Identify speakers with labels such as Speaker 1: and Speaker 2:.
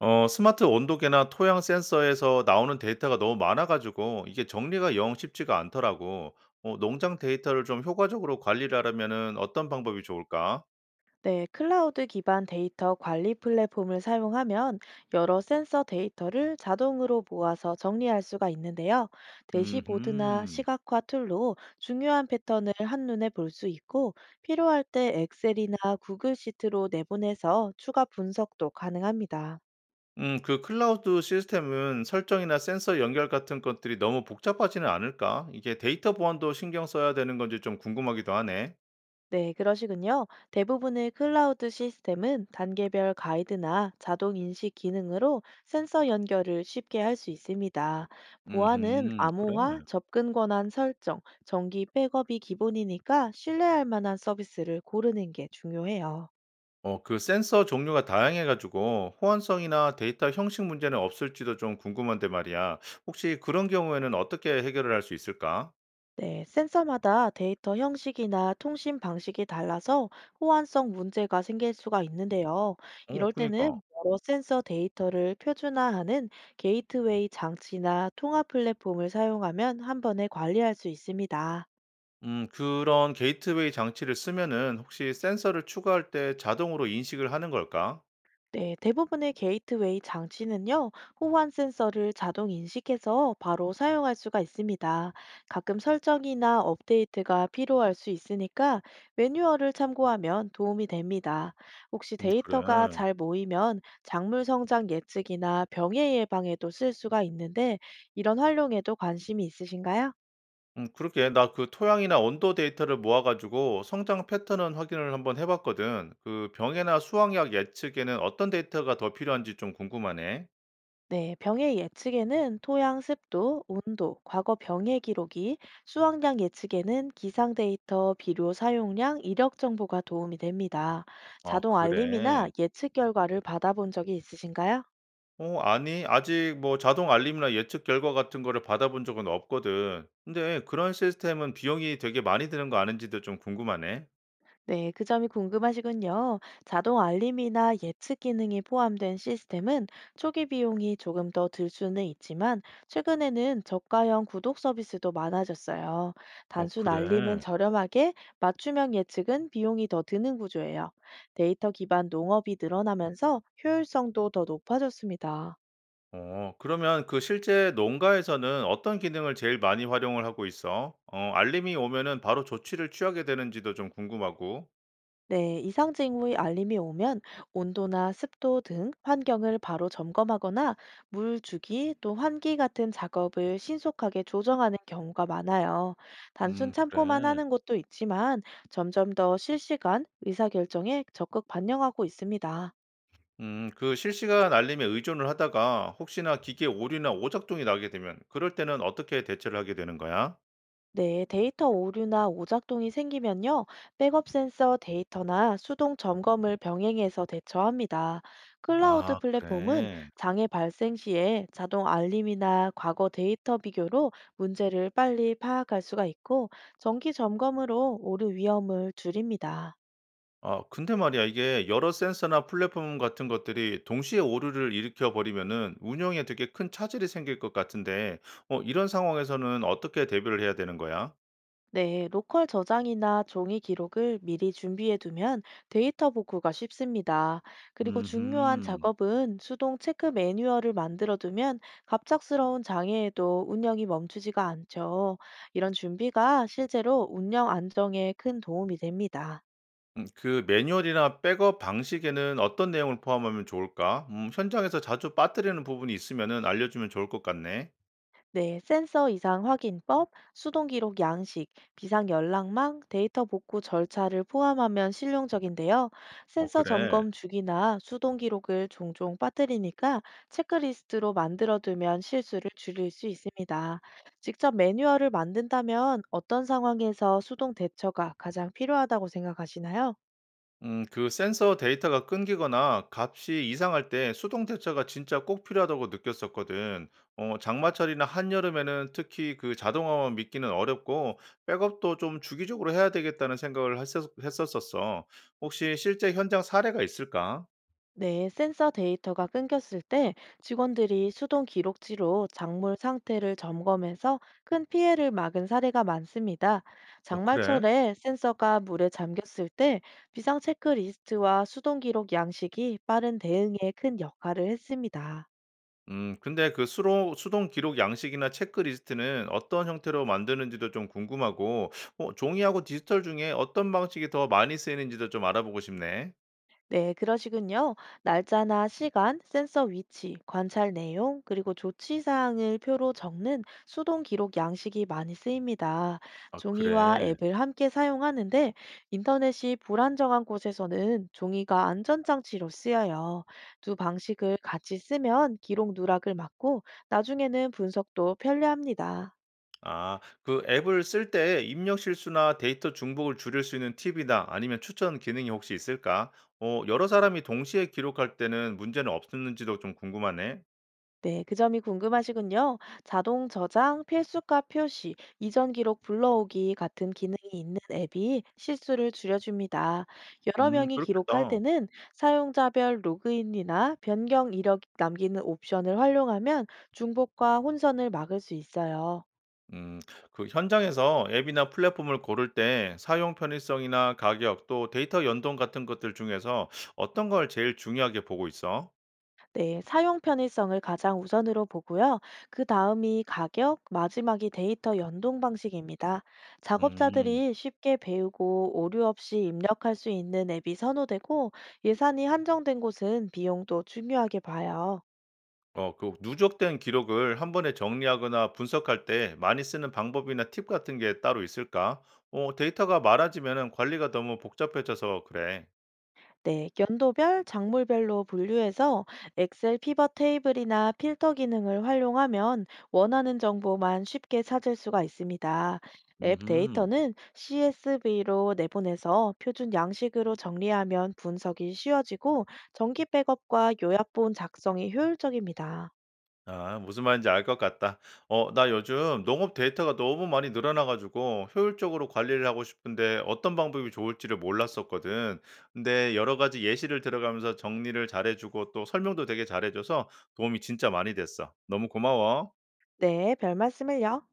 Speaker 1: 스마트 온도계나 토양 센서에서 나오는 데이터가 너무 많아 가지고 이게 정리가 영 쉽지가 않더라고. 농장 데이터를 좀 효과적으로 관리를 하려면은 어떤 방법이 좋을까?
Speaker 2: 네, 클라우드 기반 데이터 관리 플랫폼을 사용하면 여러 센서 데이터를 자동으로 모아서 정리할 수가 있는데요. 대시보드나
Speaker 1: 음.
Speaker 2: 시각화 툴로 중요한 패턴을 한눈에 볼 수 있고 필요할 때 엑셀이나 구글 시트로 내보내서 추가 분석도 가능합니다.
Speaker 1: 그 클라우드 시스템은 설정이나 센서 연결 같은 것들이 너무 복잡하지는 않을까? 이게 데이터 보안도 신경 써야 되는 건지 좀 궁금하기도 하네.
Speaker 2: 네, 그러시군요. 대부분의 클라우드 시스템은 단계별 가이드나 자동 인식 기능으로 센서 연결을 쉽게 할 수 있습니다. 보안은
Speaker 1: 음, 그래.
Speaker 2: 암호화, 접근 권한 설정, 정기 백업이 기본이니까 신뢰할 만한 서비스를 고르는 게 중요해요.
Speaker 1: 그 센서 종류가 다양해 가지고 호환성이나 데이터 형식 문제는 없을지도 좀 궁금한데 말이야. 혹시 그런 경우에는 어떻게 해결을 할 수 있을까?
Speaker 2: 네, 센서마다 데이터 형식이나 통신 방식이 달라서 호환성 문제가 생길 수가 있는데요. 이럴
Speaker 1: 그니까.
Speaker 2: 때는 여러 센서 데이터를 표준화하는 게이트웨이 장치나 통합 플랫폼을 사용하면 한 번에 관리할 수 있습니다.
Speaker 1: 그런 게이트웨이 장치를 쓰면은 혹시 센서를 추가할 때 자동으로 인식을 하는 걸까?
Speaker 2: 네, 대부분의 게이트웨이 장치는요, 호환 센서를 자동 인식해서 바로 사용할 수가 있습니다. 가끔 설정이나 업데이트가 필요할 수 있으니까 매뉴얼을 참고하면 도움이 됩니다. 혹시
Speaker 1: 음, 그래.
Speaker 2: 데이터가 잘 모이면 작물 성장 예측이나 병해 예방에도 쓸 수가 있는데, 이런 활용에도 관심이 있으신가요?
Speaker 1: 그렇게 나 그 토양이나 온도 데이터를 모아 가지고 성장 패턴은 확인을 한번 해 봤거든. 그 병해나 수확량 예측에는 어떤 데이터가 더 필요한지 좀 궁금하네.
Speaker 2: 네, 병의 예측에는 토양 습도, 온도, 과거 병의 기록이, 수확량 예측에는 기상 데이터, 비료 사용량, 이력 정보가 도움이 됩니다.
Speaker 1: 아,
Speaker 2: 자동 알림이나
Speaker 1: 그래.
Speaker 2: 예측 결과를 받아본 적이 있으신가요?
Speaker 1: 아니, 아직 뭐 자동 알림이나 예측 결과 같은 거를 받아본 적은 없거든. 근데 그런 시스템은 비용이 되게 많이 드는 거 아는지도 좀 궁금하네.
Speaker 2: 네, 그 점이 궁금하시군요. 자동 알림이나 예측 기능이 포함된 시스템은 초기 비용이 조금 더 들 수는 있지만 최근에는 저가형 구독 서비스도 많아졌어요.
Speaker 1: 어,
Speaker 2: 단순 알림은
Speaker 1: 그래?
Speaker 2: 저렴하게, 맞춤형 예측은 비용이 더 드는 구조예요. 데이터 기반 농업이 늘어나면서 효율성도 더 높아졌습니다.
Speaker 1: 그러면 그 실제 농가에서는 어떤 기능을 제일 많이 활용을 하고 있어? 알림이 오면은 바로 조치를 취하게 되는지도 좀 궁금하고.
Speaker 2: 네, 이상징후 의 알림이 오면 온도나 습도 등 환경을 바로 점검하거나 물 주기 또 환기 같은 작업을 신속하게 조정하는 경우가 많아요. 단순
Speaker 1: 음,
Speaker 2: 참고만
Speaker 1: 그래.
Speaker 2: 하는 것도 있지만 점점 더 실시간 의사결정에 적극 반영하고 있습니다.
Speaker 1: 그 실시간 알림에 의존을 하다가 혹시나 기계 오류나 오작동이 나게 되면 그럴 때는 어떻게 대처를 하게 되는 거야?
Speaker 2: 네, 데이터 오류나 오작동이 생기면요, 백업 센서 데이터나 수동 점검을 병행해서 대처합니다. 클라우드
Speaker 1: 아,
Speaker 2: 플랫폼은
Speaker 1: 그래.
Speaker 2: 장애 발생 시에 자동 알림이나 과거 데이터 비교로 문제를 빨리 파악할 수가 있고, 정기 점검으로 오류 위험을 줄입니다.
Speaker 1: 아, 근데 말이야, 이게 여러 센서나 플랫폼 같은 것들이 동시에 오류를 일으켜 버리면은 운영에 되게 큰 차질이 생길 것 같은데, 이런 상황에서는 어떻게 대비를 해야 되는 거야?
Speaker 2: 네, 로컬 저장이나 종이 기록을 미리 준비해 두면 데이터 복구가 쉽습니다. 그리고 중요한
Speaker 1: 음흠.
Speaker 2: 작업은 수동 체크 매뉴얼을 만들어 두면 갑작스러운 장애에도 운영이 멈추지가 않죠. 이런 준비가 실제로 운영 안정에 큰 도움이 됩니다.
Speaker 1: 그 매뉴얼이나 백업 방식에는 어떤 내용을 포함하면 좋을까? 현장에서 자주 빠뜨리는 부분이 있으면은 알려주면 좋을 것 같네.
Speaker 2: 네, 센서 이상 확인법, 수동 기록 양식, 비상 연락망, 데이터 복구 절차를 포함하면 실용적인데요.
Speaker 1: 어,
Speaker 2: 센서
Speaker 1: 그래.
Speaker 2: 점검 주기나 수동 기록을 종종 빠뜨리니까 체크리스트로 만들어두면 실수를 줄일 수 있습니다. 직접 매뉴얼을 만든다면 어떤 상황에서 수동 대처가 가장 필요하다고 생각하시나요?
Speaker 1: 그 센서 데이터가 끊기거나 값이 이상할 때 수동 대처가 진짜 꼭 필요하다고 느꼈었거든. 장마철이나 한여름에는 특히 그 자동화만 믿기는 어렵고 백업도 좀 주기적으로 해야 되겠다는 생각을 했었었어. 혹시 실제 현장 사례가 있을까?
Speaker 2: 네, 센서 데이터가 끊겼을 때 직원들이 수동 기록지로 작물 상태를 점검해서 큰 피해를 막은 사례가 많습니다.
Speaker 1: 어, 그래?
Speaker 2: 장마철에 센서가 물에 잠겼을 때 비상 체크리스트와 수동 기록 양식이 빠른 대응에 큰 역할을 했습니다.
Speaker 1: 근데 그 수동 기록 양식이나 체크리스트는 어떤 형태로 만드는지도 좀 궁금하고, 종이하고 디지털 중에 어떤 방식이 더 많이 쓰이는지도 좀 알아보고 싶네.
Speaker 2: 네, 그러시군요. 날짜나 시간, 센서 위치, 관찰 내용, 그리고 조치 사항을 표로 적는 수동 기록 양식이 많이 쓰입니다.
Speaker 1: 아,
Speaker 2: 종이와
Speaker 1: 그래.
Speaker 2: 앱을 함께 사용하는데 인터넷이 불안정한 곳에서는 종이가 안전장치로 쓰여요. 두 방식을 같이 쓰면 기록 누락을 막고 나중에는 분석도 편리합니다.
Speaker 1: 아, 그 앱을 쓸 때 입력 실수나 데이터 중복을 줄일 수 있는 팁이나 아니면 추천 기능이 혹시 있을까? 여러 사람이 동시에 기록할 때는 문제는 없었는지도 좀 궁금하네.
Speaker 2: 네, 그 점이 궁금하시군요. 자동 저장, 필수값 표시, 이전 기록 불러오기 같은 기능이 있는 앱이 실수를 줄여줍니다. 여러 명이 기록할
Speaker 1: 그렇겠다.
Speaker 2: 때는 사용자별 로그인이나 변경 이력 남기는 옵션을 활용하면 중복과 혼선을 막을 수 있어요.
Speaker 1: 음, 그 현장에서 앱이나 플랫폼을 고를 때 사용 편의성이나 가격 또 데이터 연동 같은 것들 중에서 어떤 걸 제일 중요하게 보고 있어?
Speaker 2: 네, 사용 편의성을 가장 우선으로 보고요. 그 다음이 가격, 마지막이 데이터 연동 방식입니다.
Speaker 1: 음.
Speaker 2: 작업자들이 쉽게 배우고 오류 없이 입력할 수 있는 앱이 선호되고 예산이 한정된 곳은 비용도 중요하게 봐요.
Speaker 1: 그 누적된 기록을 한 번에 정리하거나 분석할 때 많이 쓰는 방법이나 팁 같은 게 따로 있을까? 데이터가 많아지면 관리가 너무 복잡해져서 그래.
Speaker 2: 네, 연도별, 작물별로 분류해서 엑셀 피벗 테이블이나 필터 기능을 활용하면 원하는 정보만 쉽게 찾을 수가 있습니다. 앱
Speaker 1: 음,
Speaker 2: 데이터는 CSV로 내보내서 표준 양식으로 정리하면 분석이 쉬워지고 정기 백업과 요약본 작성이 효율적입니다.
Speaker 1: 아, 무슨 말인지 알 것 같다. 나 요즘 농업 데이터가 너무 많이 늘어나가지고 효율적으로 관리를 하고 싶은데 어떤 방법이 좋을지를 몰랐었거든. 근데 여러 가지 예시를 들어가면서 정리를 잘해주고 또 설명도 되게 잘해줘서 도움이 진짜 많이 됐어. 너무 고마워.
Speaker 2: 네, 별 말씀을요.